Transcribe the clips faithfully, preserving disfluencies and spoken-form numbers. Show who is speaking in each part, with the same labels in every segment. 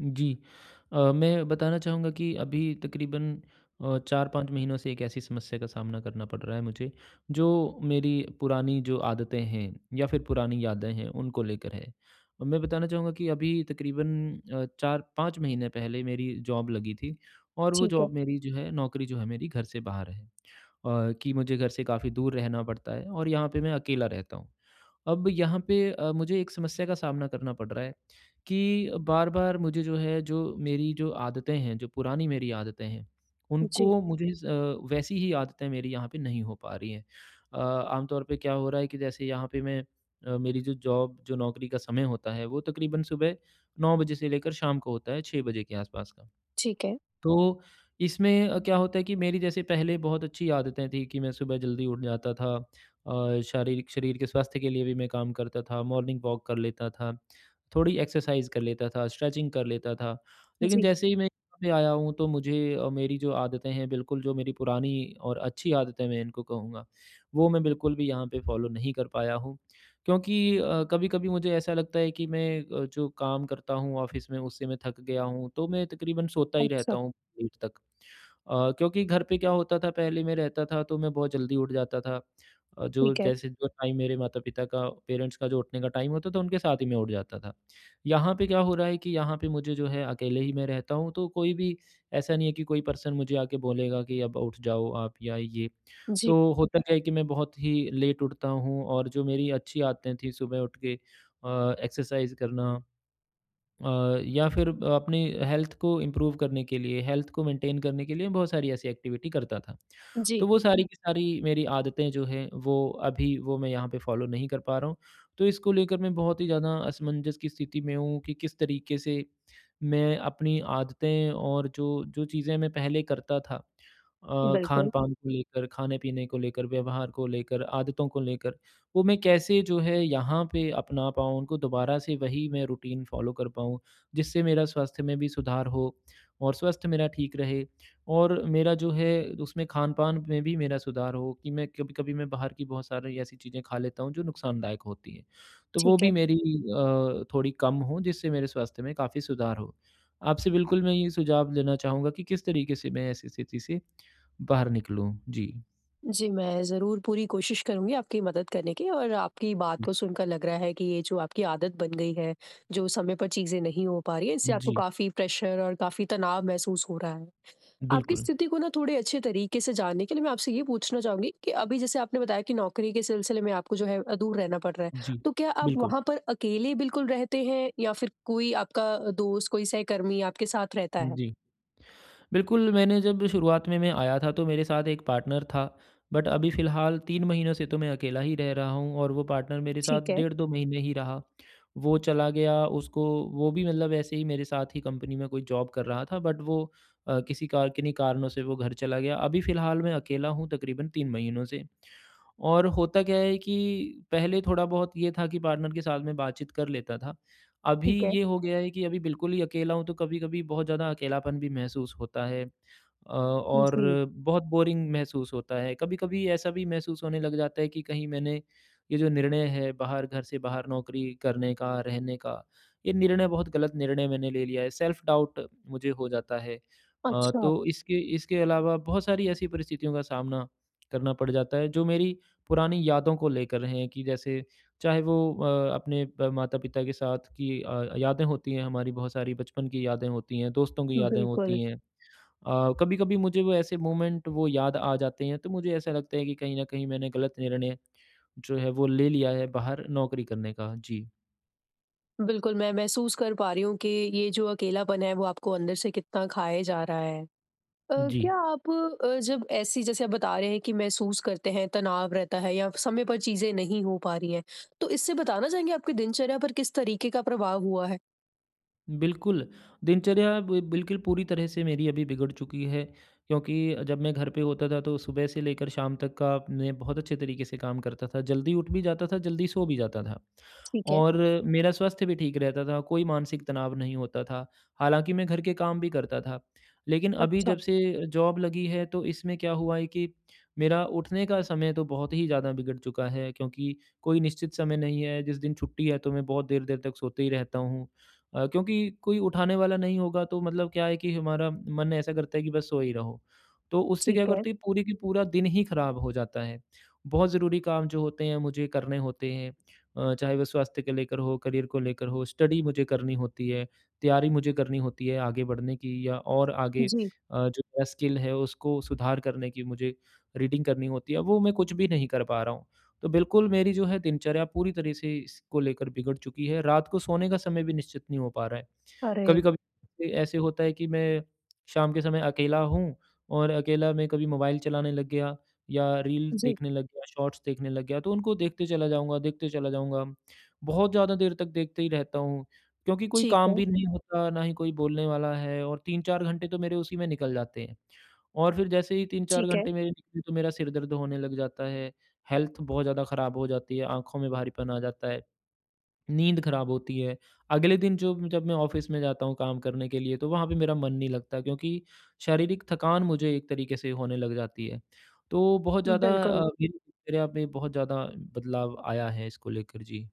Speaker 1: जी। अ, मैं बताना चाहूँगा कि अभी तकरीबन अ, चार-पाँच महीनों से एक ऐसी समस्या का सामना करना पड़ रहा है मुझे, जो मेरी पुरानी जो आदतें हैं या फिर पुरानी यादें हैं, उनको लेकर है। और मैं बताना चाहूँगा कि अभी तकरीबन अ, चार-पाँच महीने पहले मेरी जॉब लगी थी और वो
Speaker 2: ठीक है।
Speaker 1: जॉब मेरी जो है नौकरी जो है मेरी घर से बाहर है। अ, कि मुझे घर से काफ़ी दूर रहना पड़ता है और यहाँ पे मैं अकेला रहता हूँ। अब यहाँ पे अ, मुझे एक समस्या का सामना करना पड़ रहा है कि बार-बार मुझे जो है जो मेरी जो आदतें हैं, जो पुरानी मेरी आदतें हैं,
Speaker 2: जी,
Speaker 1: उनको मुझे अ, वैसी ही आदतें मेरी यहाँ पे नहीं हो पा रही हैं। अ, आम तौर पे क्या हो रहा है कि जैसे यहाँ पे मैं अ, मेरी जो जॉब जो नौकरी का समय होता है, वो तकरीबन सुबह नौ बजे से लेकर शाम को होता है छह बजे के आसपास का।
Speaker 2: ठीक है।
Speaker 1: तो इसमें अ, क्या होता है कि मेरी जैसे पहले बहुत अच्छी आदतें थी कि मैं सुबह जल्दी उठ जाता था। अ, शारीरिक शरीर के स्वास्थ्य के लिए भी मैं काम करता था, मॉर्निंग वॉक कर लेता था, थोड़ी एक्सरसाइज कर लेता था, स्ट्रेचिंग कर लेता था, लेकिन
Speaker 2: जी,
Speaker 1: जैसे ही मैं यहाँ पे आया हूँ तो मुझे अ, मेरी जो आदतें हैं बिल्कुल जो मेरी पुरानी और अच्छी आदतें मैं इनको कहूँगा, वो मैं बिल्कुल भी यहाँ पे फॉलो नहीं कर पाया हूँ, क्योंकि कभी कभी मुझे ऐसा लगता है कि मैं अ, जो काम करता हूँ ऑफिस में उससे मैं थक गया हूँ, तो मैं तकरीबन सोता ही
Speaker 2: अच्छा,
Speaker 1: रहता हूँ लेट तक। अ, क्योंकि घर पे क्या होता था, पहले मैं रहता था तो मैं बहुत जल्दी उठ जाता था। अ, जो
Speaker 2: ठीक है।
Speaker 1: जैसे जो टाइम मेरे माता-पिता का पेरेंट्स का जो उठने का टाइम होता था, उनके साथ ही मैं उठ जाता था। यहाँ पे क्या हो रहा है कि यहाँ पे मुझे जो है अकेले ही मैं रहता हूँ, तो कोई भी ऐसा नहीं है कि कोई पर्सन मुझे आके बोलेगा कि अब उठ जाओ आप या ये।
Speaker 2: जी,
Speaker 1: तो होता क्या है कि मैं बहुत ही लेट उठता हूँ और जो मेरी अच्छी आदतें थी सुबह उठ के अ, एक्सरसाइज़ करना, अ, या फिर अपनी हेल्थ को इम्प्रूव करने के लिए, हेल्थ को मेंटेन करने के लिए बहुत सारी ऐसी एक्टिविटी करता था।
Speaker 2: जी,
Speaker 1: तो वो सारी हुँ। की सारी मेरी आदतें जो हैं वो अभी वो मैं यहाँ पे फ़ॉलो नहीं कर पा रहा हूँ। तो इसको लेकर मैं बहुत ही ज़्यादा असमंजस की स्थिति में हूँ कि किस तरीके से मैं अपनी आदतें और जो जो चीज़ें मैं पहले करता था, अ,
Speaker 2: बिल्कुल,
Speaker 1: खान-पान को लेकर, खाने-पीने को लेकर, व्यवहार को लेकर, आदतों को लेकर वो मैं कैसे जो है यहाँ पे अपना पाऊँ, उनको दोबारा से वही मैं रूटीन फ़ॉलो कर पाऊँ, जिससे मेरा स्वास्थ्य में भी सुधार हो और स्वास्थ्य मेरा ठीक रहे और मेरा जो है उसमें खान-पान में भी मेरा सुधार हो कि मैं कभी-कभी मैं बाहर की बहुत सारी ऐसी चीज़ें खा लेता हूँ जो नुकसानदायक होती हैं। तो वो
Speaker 2: ठीक है।
Speaker 1: भी मेरी अ, थोड़ी कम हो जिससे मेरे स्वास्थ्य में काफ़ी सुधार हो। आपसे बिल्कुल मैं ये सुझाव लेना चाहूँगा कि किस तरीके से मैं ऐसी स्थिति से बाहर निकलूँ? जी।
Speaker 2: जी, मैं ज़रूर पूरी कोशिश करूँगी आपकी मदद करने की, और आपकी बात को सुनकर लग रहा है कि ये जो आपकी आदत बन गई है, जो समय पर चीज़ें नहीं हो पा रही हैं, इससे आपको
Speaker 1: जी,
Speaker 2: काफ़ी प्रेशर और काफ़ी तनाव महसूस हो रहा है। आपकी
Speaker 1: बिल्कुल।
Speaker 2: स्थिति को ना थोड़े अच्छे तरीके से जानने के लिए मैं आपसे ये पूछना चाहूंगी कि अभी जैसे आपने बताया कि नौकरी के सिलसिले में आपको जो है दूर रहना पड़ रहा है,
Speaker 1: जी,
Speaker 2: तो क्या आप
Speaker 1: बिल्कुल।
Speaker 2: वहां पर अकेले बिल्कुल रहते हैं, या फिर कोई आपका दोस्त, कोई सहकर्मी आपके साथ रहता है?
Speaker 1: जी, बिल्कुल, मैंने जब शुरुआत में मैं आया था तो मेरे साथ एक पार्टनर था, बट अभी फ़िलहाल तीन महीनों से तो मैं अकेला ही रह रहा हूँ और वो पार्टनर मेरे
Speaker 2: ठीक
Speaker 1: साथ
Speaker 2: है।
Speaker 1: डेढ़ दो महीने ही रहा। वो चला गया, उसको वो भी मतलब ऐसे ही मेरे साथ ही कंपनी में कोई जॉब कर रहा था, बट वो अ, किसी कार किन्हीं कारणों से वो घर चला गया। अभी फ़िलहाल मैं अकेला हूँ तकरीबन तीन महीनों से। और होता क्या है कि पहले थोड़ा बहुत ये था कि पार्टनर के साथ में बातचीत कर लेता था। अभी
Speaker 2: ठीक है।
Speaker 1: ये हो गया है कि अभी बिल्कुल ही अकेला हूँ, तो कभी-कभी बहुत ज़्यादा अकेलापन भी महसूस होता है। अ, और
Speaker 2: जी,
Speaker 1: बहुत बोरिंग महसूस होता है। कभी-कभी ऐसा भी महसूस होने लग जाता है कि कहीं मैंने ये जो निर्णय है बाहर घर से बाहर नौकरी करने का, रहने का, ये निर्णय बहुत गलत निर्णय मैंने ले लिया है। सेल्फ डाउट मुझे हो जाता है। अ,
Speaker 2: अच्छा।
Speaker 1: तो इसके इसके अलावा बहुत सारी ऐसी परिस्थितियों का सामना करना पड़ जाता है जो मेरी पुरानी यादों को लेकर हैं कि जैसे चाहे वो अ, अपने ब माता-पिता के साथ की अ, यादें होती हैं, हमारी बहुत सारी बचपन की यादें होती हैं, दोस्तों की यादें
Speaker 2: बिल्कुल,
Speaker 1: होती हैं। कभी कभी मुझे वो ऐसे मोमेंट वो याद आ जाते हैं, तो मुझे ऐसा लगता है कि कहीं ना कहीं मैंने गलत निर्णय जो है वो ले लिया है बाहर नौकरी करने का। जी।
Speaker 2: बिल्कुल मैं महसूस कर पा रही हूँ कि ये जो अकेलापन है वो आपको अंदर से कितना खाए जा रहा है। अ,
Speaker 1: जी,
Speaker 2: क्या आप, अ, जब ऐसी, जैसे आप बता रहे हैं कि महसूस करते हैं, तनाव रहता है या समय पर चीज़ें नहीं हो पा रही हैं, तो इससे बताना चाहेंगे आपकी दिनचर्या पर किस तरीके का प्रभाव हुआ है?
Speaker 1: बिल्कुल, दिनचर्या बि बिल्कुल पूरी तरह से मेरी अभी बिगड़ चुकी है, क्योंकि जब मैं घर पे होता था तो सुबह से लेकर शाम तक का मैं बहुत अच्छे तरीके से काम करता था, जल्दी उठ भी जाता था, जल्दी सो भी जाता था
Speaker 2: ठीक है।
Speaker 1: और मेरा स्वास्थ्य भी ठीक रहता था, कोई मानसिक तनाव नहीं होता था। हालाँकि मैं घर के काम भी करता था, लेकिन अभी
Speaker 2: अच्छा,
Speaker 1: जब से जॉब लगी है तो इसमें क्या हुआ है कि मेरा उठने का समय तो बहुत ही ज़्यादा बिगड़ चुका है, क्योंकि कोई निश्चित समय नहीं है, जिस दिन छुट्टी है तो मैं बहुत देर-देर तक सोते ही रहता हूँ। अ, क्योंकि कोई उठाने वाला नहीं होगा, तो मतलब क्या है कि हमारा मन ऐसा करता है कि बस सो ही रहो। तो उससे क्या
Speaker 2: ठीक है।
Speaker 1: करती है पूरी की पूरा दिन ही खराब हो जाता है। बहुत ज़रूरी काम जो होते हैं मुझे करने होते हैं, अ, चाहे वो स्वास्थ्य को लेकर हो, करियर को लेकर हो, स्टडी मुझे करनी होती है, तैयारी मुझे करनी होती है आगे बढ़ने की या और आगे
Speaker 2: जी।
Speaker 1: अ, जो मेरा स्किल है उसको सुधार करने की, मुझे रीडिंग करनी होती है, वो मैं कुछ भी नहीं कर पा रहा हूँ। तो बिल्कुल मेरी जो है दिनचर्या पूरी तरह से इसको लेकर बिगड़ चुकी है। रात को सोने का समय भी निश्चित नहीं हो पा रहा है।
Speaker 2: अरे!
Speaker 1: कभी-कभी ए ऐसे होता है कि मैं शाम के समय अकेला हूँ और अकेला मैं कभी मोबाइल चलाने लग गया या रील
Speaker 2: जी।
Speaker 1: देखने लग गया, शॉर्ट्स देखने लग गया, तो उनको देखते चला जाऊँगा, देखते चला जाऊँगा। बहुत ज़्यादा देर तक देखते ही रहता हूँ, क्योंकि कोई
Speaker 2: ठीक
Speaker 1: काम
Speaker 2: है,
Speaker 1: भी नहीं होता, ना ही कोई बोलने वाला है और तीन-चार घंटे तो मेरे उसी में निकल जाते हैं। और फिर जैसे ही तीन-चार
Speaker 2: ठीक है।
Speaker 1: घंटे मेरे निकले तो मेरा सिर दर्द होने लग जाता है, हेल्थ बहुत ज़्यादा ख़राब हो जाती है, आँखों में भारीपन आ जाता है, नींद ख़राब होती है। अगले दिन जो जब मैं ऑफ़िस में जाता हूँ काम करने के लिए, तो वहाँ पे मेरा मन नहीं लगता, क्योंकि शारीरिक थकान मुझे एक तरीके से होने लग जाती है। तो बहुत ज़्यादा अ,
Speaker 2: बिल्कुल।
Speaker 1: मेरी दिनचर्या में बहुत ज़्यादा बदलाव आया है इसको लेकर। जी,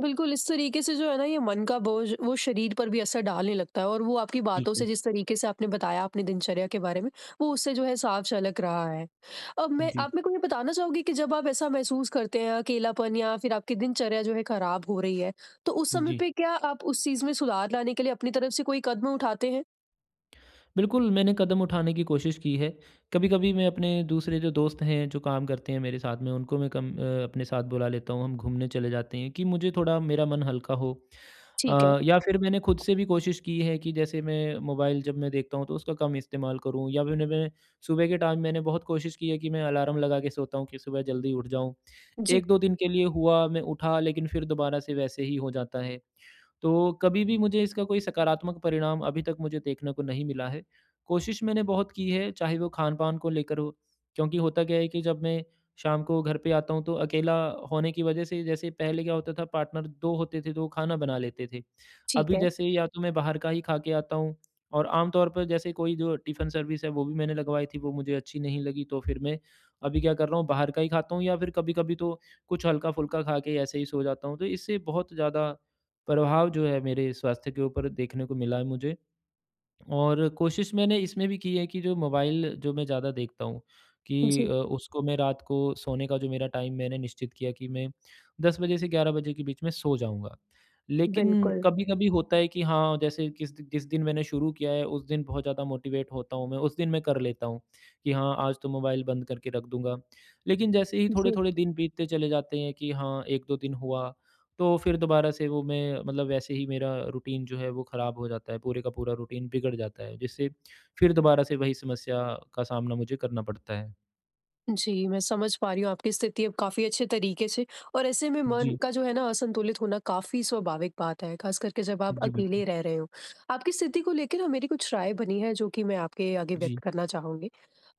Speaker 2: बिल्कुल, इस तरीके से जो है ना ये मन का बोझ वो शरीर पर भी असर डालने लगता है, और वो आपकी बातों से,
Speaker 1: बिल्कुल।
Speaker 2: जिस तरीके से आपने बताया अपनी दिनचर्या के बारे में, वो उससे जो है साफ झलक रहा है। अब मैं
Speaker 1: जी,
Speaker 2: आप मेरे को ये बताना चाहोगे कि जब आप ऐसा महसूस करते हैं अकेलापन, या फिर आपकी दिनचर्या जो है खराब हो रही है, तो उस समय
Speaker 1: जी।
Speaker 2: पे क्या आप उस चीज़ में सुधार लाने के लिए अपनी तरफ से कोई कदम उठाते हैं?
Speaker 1: बिल्कुल, मैंने कदम उठाने की कोशिश की है। कभी-कभी मैं अपने दूसरे जो दोस्त हैं, जो काम करते हैं मेरे साथ में, उनको मैं कम अ, अपने साथ बुला लेता हूँ। हम घूमने चले जाते हैं कि मुझे थोड़ा मेरा मन हल्का हो।
Speaker 2: ठीक है।
Speaker 1: अ, या फिर मैंने खुद से भी कोशिश की है कि जैसे मैं मोबाइल जब मैं देखता हूँ, तो उसका कम इस्तेमाल करूँ या फिर मैं सुबह के टाइम मैंने बहुत कोशिश की है कि मैं अलार्म लगा के सोता हूँ कि सुबह जल्दी उठ जाऊँ।
Speaker 2: जी,
Speaker 1: एक-दो दिन के लिए हुआ, मैं उठा लेकिन फिर दोबारा से वैसे ही हो जाता है। तो कभी भी मुझे इसका कोई सकारात्मक परिणाम अभी तक मुझे देखने को नहीं मिला है। कोशिश मैंने बहुत की है, चाहे वो खान-पान को लेकर हो, क्योंकि होता क्या है कि जब मैं शाम को घर पे आता हूँ, तो अकेला होने की वजह से जैसे पहले क्या होता था पार्टनर दो होते थे, तो वो खाना बना लेते थे।
Speaker 2: ठीक
Speaker 1: अभी
Speaker 2: है।
Speaker 1: जैसे या तो मैं बाहर का ही खा के आता हूँ और आमतौर पर जैसे कोई जो टिफ़िन सर्विस है, वो भी मैंने लगवाई थी, वो मुझे अच्छी नहीं लगी, तो फिर मैं अभी क्या कर रहा हूँ, बाहर का ही खाता हूँ या फिर कभी-कभी तो कुछ हल्का-फुल्का खा के ऐसे ही सो जाता हूँ। तो इससे बहुत ज़्यादा प्रभाव जो है मेरे स्वास्थ्य के ऊपर देखने को मिला है मुझे और कोशिश मैंने इसमें भी की है कि जो मोबाइल जो मैं ज़्यादा देखता हूँ कि
Speaker 2: जी,
Speaker 1: अ, उसको मैं रात को सोने का जो मेरा टाइम मैंने निश्चित किया कि मैं दस बजे से ग्यारह बजे के बीच में सो जाऊँगा। लेकिन
Speaker 2: बिल्कुल।
Speaker 1: कभी-कभी होता है कि हाँ, जैसे किस जिस दिन मैंने शुरू किया है उस दिन बहुत ज़्यादा मोटिवेट होता हूँ मैं, उस दिन मैं कर लेता हूँ कि हाँ, आज तो मोबाइल बंद करके रख दूँगा। लेकिन जैसे ही
Speaker 2: जी।
Speaker 1: थोड़े-थोड़े दिन बीतते चले जाते हैं कि हाँ, एक-दो दिन हुआ तो फिर दोबारा से वो मैं मतलब वैसे ही मेरा रूटीन जो है वो ख़राब हो जाता है, पूरे का पूरा रूटीन बिगड़ जाता है, जिससे फिर दोबारा से वही समस्या का सामना मुझे करना पड़ता है।
Speaker 2: जी, मैं समझ पा रही हूँ आपकी स्थिति अब काफ़ी अच्छे तरीके से। और ऐसे में मन
Speaker 1: जी।
Speaker 2: का जो है ना असंतुलित होना काफ़ी स्वाभाविक बात है, ख़ास करके जब आप
Speaker 1: जी,
Speaker 2: अकेले
Speaker 1: बिल्कुल।
Speaker 2: रह रहे हो। आपकी स्थिति को लेके ना मेरी कुछ राय बनी है, जो कि मैं आपके आगे व्यक्त
Speaker 1: जी।
Speaker 2: करना चाहूँगी।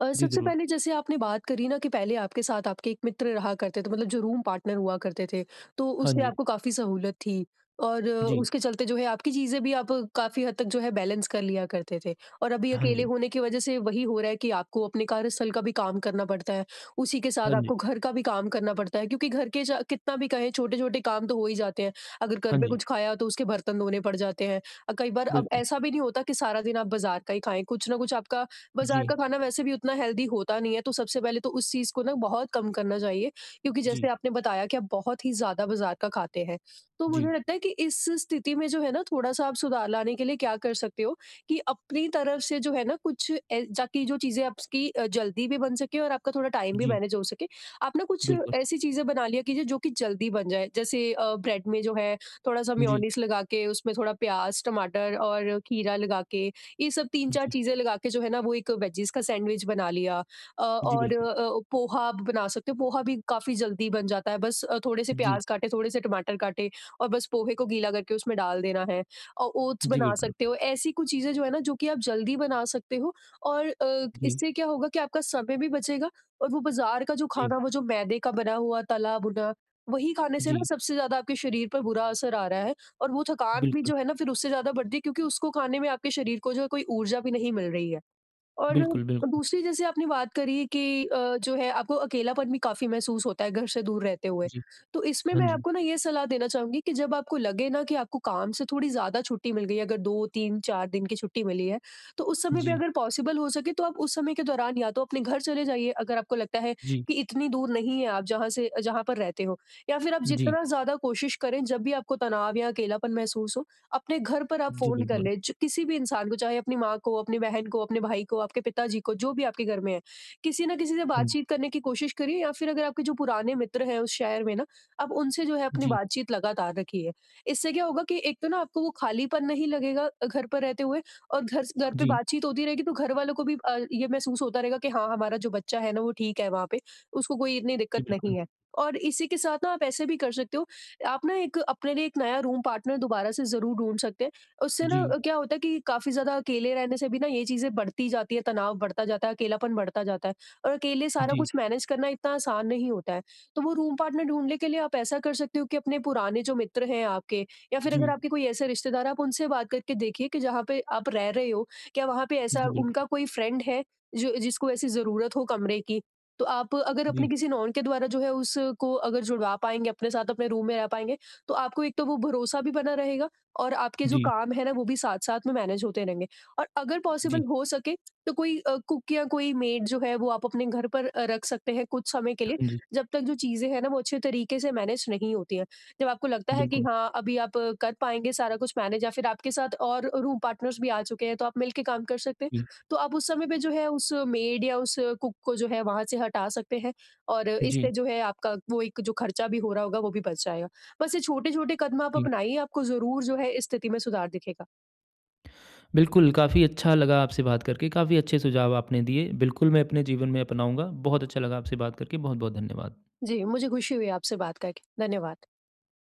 Speaker 2: अ,
Speaker 1: जी,
Speaker 2: सबसे
Speaker 1: ज़रूर।
Speaker 2: पहले जैसे आपने बात करी ना कि पहले आपके साथ आपके एक मित्र रहा करते थे, मतलब जो रूम पार्टनर हुआ करते थे, तो
Speaker 1: हाँ
Speaker 2: उससे
Speaker 1: जी।
Speaker 2: आपको काफ़ी सहूलत थी, और अ,
Speaker 1: जी।
Speaker 2: उसके चलते जो है आपकी चीज़ें भी आप काफ़ी हद तक जो है बैलेंस कर लिया करते थे। और अभी
Speaker 1: हाँ
Speaker 2: अकेले
Speaker 1: जी।
Speaker 2: होने की वजह से वही हो रहा है कि आपको अपने कार्यस्थल का भी काम करना पड़ता है, उसी के साथ
Speaker 1: हाँ जी।
Speaker 2: आपको घर का भी काम करना पड़ता है, क्योंकि घर के चा कितना भी कहें, छोटे-छोटे काम तो हो ही जाते हैं। अगर घर
Speaker 1: हाँ
Speaker 2: पे
Speaker 1: जी।
Speaker 2: कुछ खाया, तो उसके बर्तन धोने पड़ जाते हैं। अ, कई बार, अब
Speaker 1: बिल्कुल।
Speaker 2: ऐसा भी नहीं होता कि सारा दिन आप बाज़ार का ही खाएँ, कुछ ना कुछ आपका।
Speaker 1: जी।
Speaker 2: बाज़ार का खाना वैसे भी उतना हेल्दी होता नहीं है, तो सबसे पहले तो उस चीज़ को ना बहुत कम करना चाहिए, क्योंकि जैसे
Speaker 1: जी।
Speaker 2: आपने बताया कि आप बहुत ही ज़्यादा बाज़ार का खाते हैं। तो मुझे
Speaker 1: जी।
Speaker 2: लगता है कि इस स्थिति में जो है ना, थोड़ा-सा आप सुधार लाने के लिए क्या कर सकते हो, कि अपनी तरफ से जो है ना कुछ ऐ- ताकि जो चीज़ें आपकी अ, जल्दी भी बन सके और आपका थोड़ा टाइम भी
Speaker 1: जी।
Speaker 2: मैनेज हो सके। आप ना कुछ
Speaker 1: बिल्कुल।
Speaker 2: ऐसी चीज़ें बना लिया कीजिए, जो कि जल्दी बन जाए। जैसे अ, ब्रेड में जो है थोड़ा-सा
Speaker 1: जी।
Speaker 2: मेयोनीज़ लगा के, उसमें थोड़ा प्याज़, टमाटर और खीरा लगा के, ये सब तीन चार
Speaker 1: जी।
Speaker 2: चीज़ें लगा के जो है ना, वो एक वेजीज़ का सैंडविच बना लिया। अ,
Speaker 1: जी,
Speaker 2: और
Speaker 1: बिल्कुल।
Speaker 2: अ, पोहा आप बना सकते हो, पोहा भी काफ़ी जल्दी बन जाता है। बस अ, थोड़े से
Speaker 1: जी।
Speaker 2: प्याज़ काटे, थोड़े से टमाटर काटे, और बस पोहे को गीला करके उसमें डाल देना है। अ, ओट्स
Speaker 1: जी,
Speaker 2: बना
Speaker 1: बिल्कुल।
Speaker 2: सकते हो। ऐसी कुछ चीज़ें जो है ना, जो कि आप जल्दी बना सकते हो। और अ,
Speaker 1: जी।
Speaker 2: इससे क्या होगा कि आपका समय भी बचेगा, और वो बाज़ार का जो
Speaker 1: जी।
Speaker 2: खाना, वो जो मैदे का बना हुआ, तला-भुना, वही खाने से ना
Speaker 1: जी।
Speaker 2: सबसे ज़्यादा आपके शरीर पर बुरा असर आ रहा है, और वो थकान भी
Speaker 1: बिल्कुल।
Speaker 2: जो है ना, फिर उससे ज़्यादा बढ़ती है, क्योंकि उसको खाने में आपके शरीर को जो है कोई ऊर्जा भी नहीं मिल रही है। और
Speaker 1: बिल्कुल, बिल्कुल।
Speaker 2: दूसरी, जैसे आपने बात करी कि अ, जो है आपको अकेलापन भी काफ़ी महसूस होता है घर से दूर रहते हुए।
Speaker 1: जी।
Speaker 2: तो इसमें
Speaker 1: हाँ
Speaker 2: मैं
Speaker 1: जी।
Speaker 2: आपको ना ये सलाह देना चाहूँगी कि जब आपको लगे ना कि आपको काम से थोड़ी ज़्यादा छुट्टी मिल गई है, अगर दो, तीन, चार दिन की छुट्टी मिली है, तो उस समय भी
Speaker 1: जी।
Speaker 2: अगर पॉसिबल हो सके तो आप उस समय के दौरान या तो अपने घर चले जाइए, अगर आपको लगता है
Speaker 1: जी।
Speaker 2: कि इतनी दूर नहीं है आप जहाँ से, जहाँ पर रहते हो। या फिर आप
Speaker 1: जी।
Speaker 2: जितना ज़्यादा कोशिश करें, जब भी आपको तनाव या अकेलापन महसूस हो, अपने घर पर आप
Speaker 1: जी,
Speaker 2: फ़ोन कर
Speaker 1: बिल्कुल।
Speaker 2: लें, ज किसी भी इंसान को, चाहे अपनी माँ को, अपनी बहन को, अपने भाई को, आपके पिताजी को, जो भी आपके घर में है, किसी ना किसी से
Speaker 1: हाँ जी।
Speaker 2: बातचीत करने की कोशिश करिए, या फिर अगर आपके जो पुराने मित्र हैं उस शहर में ना, आप उनसे जो है अपनी
Speaker 1: जी।
Speaker 2: बातचीत लगातार रखिए। इससे क्या होगा कि एक तो ना आपको वो खालीपन नहीं लगेगा अ, घर पर रहते हुए, और घर स घर पे
Speaker 1: जी।
Speaker 2: बातचीत होती रहेगी, तो घर वालों को भी अ, ये महसूस होता रहेगा कि हाँ, हमारा जो बच्चा है ना वो ठीक है वहाँ पे, उसको कोई इतनी
Speaker 1: जी,
Speaker 2: दिक्कत नहीं
Speaker 1: बिल्कुल।
Speaker 2: है। और इसी के साथ ना आप ऐसे भी कर सकते हो, आप ना एक अपने लिए एक नया रूम पार्टनर दोबारा से ज़रूर ढूँढ सकते हैं। उससे ना
Speaker 1: जी,
Speaker 2: क्या होता है कि काफ़ी ज़्यादा अकेले रहने से भी ना ये चीज़ें बढ़ती जाती है, तनाव बढ़ता जाता है, अकेलापन बढ़ता जाता है, और अकेले सारा
Speaker 1: जी,
Speaker 2: कुछ मैनेज करना इतना आसान नहीं होता है। तो वो रूम पार्टनर ढूँढने के लिए आप ऐसा कर सकते हो कि अपने पुराने जो मित्र हैं आपके, या फिर
Speaker 1: जी,
Speaker 2: अगर आपके कोई ऐसे रिश्तेदार हैं, आप उनसे बात करके देखिए कि जहाँ पे आप रह रहे हो, क्या वहाँ पे ऐसा
Speaker 1: जी, बिल्कुल।
Speaker 2: उनका कोई फ्रेंड है, जो जिसको ऐसी ज़रूरत हो कमरे की? तो आप अगर अपने
Speaker 1: जी,
Speaker 2: किसी नॉन के द्वारा जो है उसको अगर जुड़वा पाएँगे अपने साथ, अपने रूम में रह पाएँगे, तो आपको एक तो वो भरोसा भी बना रहेगा, और आपके जो
Speaker 1: जी,
Speaker 2: काम है ना वो भी साथ-साथ में मैनेज होते रहेंगे। और अगर पॉसिबल
Speaker 1: जी।
Speaker 2: हो सके तो कोई अ, कुक या कोई मेड जो है वो आप अपने घर पर अ, रख सकते हैं कुछ समय के लिए,
Speaker 1: हाँ जी,
Speaker 2: जब तक जो चीज़ें हैं ना वो अच्छे तरीके से मैनेज नहीं होती हैं। जब आपको लगता है कि
Speaker 1: बिल्कुल।
Speaker 2: हाँ, अभी आप अ, कर पाएँगे सारा कुछ मैनेज, या फिर आपके साथ और रूम पार्टनर्स भी आ चुके हैं, तो आप मिल के काम कर सकते हैं।
Speaker 1: जी,
Speaker 2: तो आप उस समय पे जो है उस मेड या उस कुक को जो है वहाँ से हटा सकते हैं, और
Speaker 1: जी,
Speaker 2: इससे जो है आपका वो एक जो खर्चा भी हो रहा होगा वो भी बच जाएगा। बस ये छोटे-छोटे कदम आप
Speaker 1: जी।
Speaker 2: अपनाइए, आपको ज़रूर जो है इस स्थिति में सुधार दिखेगा।
Speaker 1: बिल्कुल, काफ़ी अच्छा लगा आपसे बात करके, काफ़ी अच्छे सुझाव आपने दिए। बिल्कुल, मैं अपने जीवन में अपनाऊँगा। बहुत अच्छा लगा आपसे बात करके, बहुत-बहुत धन्यवाद।
Speaker 2: जी, मुझे खुशी हुई आपसे बात करके। धन्यवाद।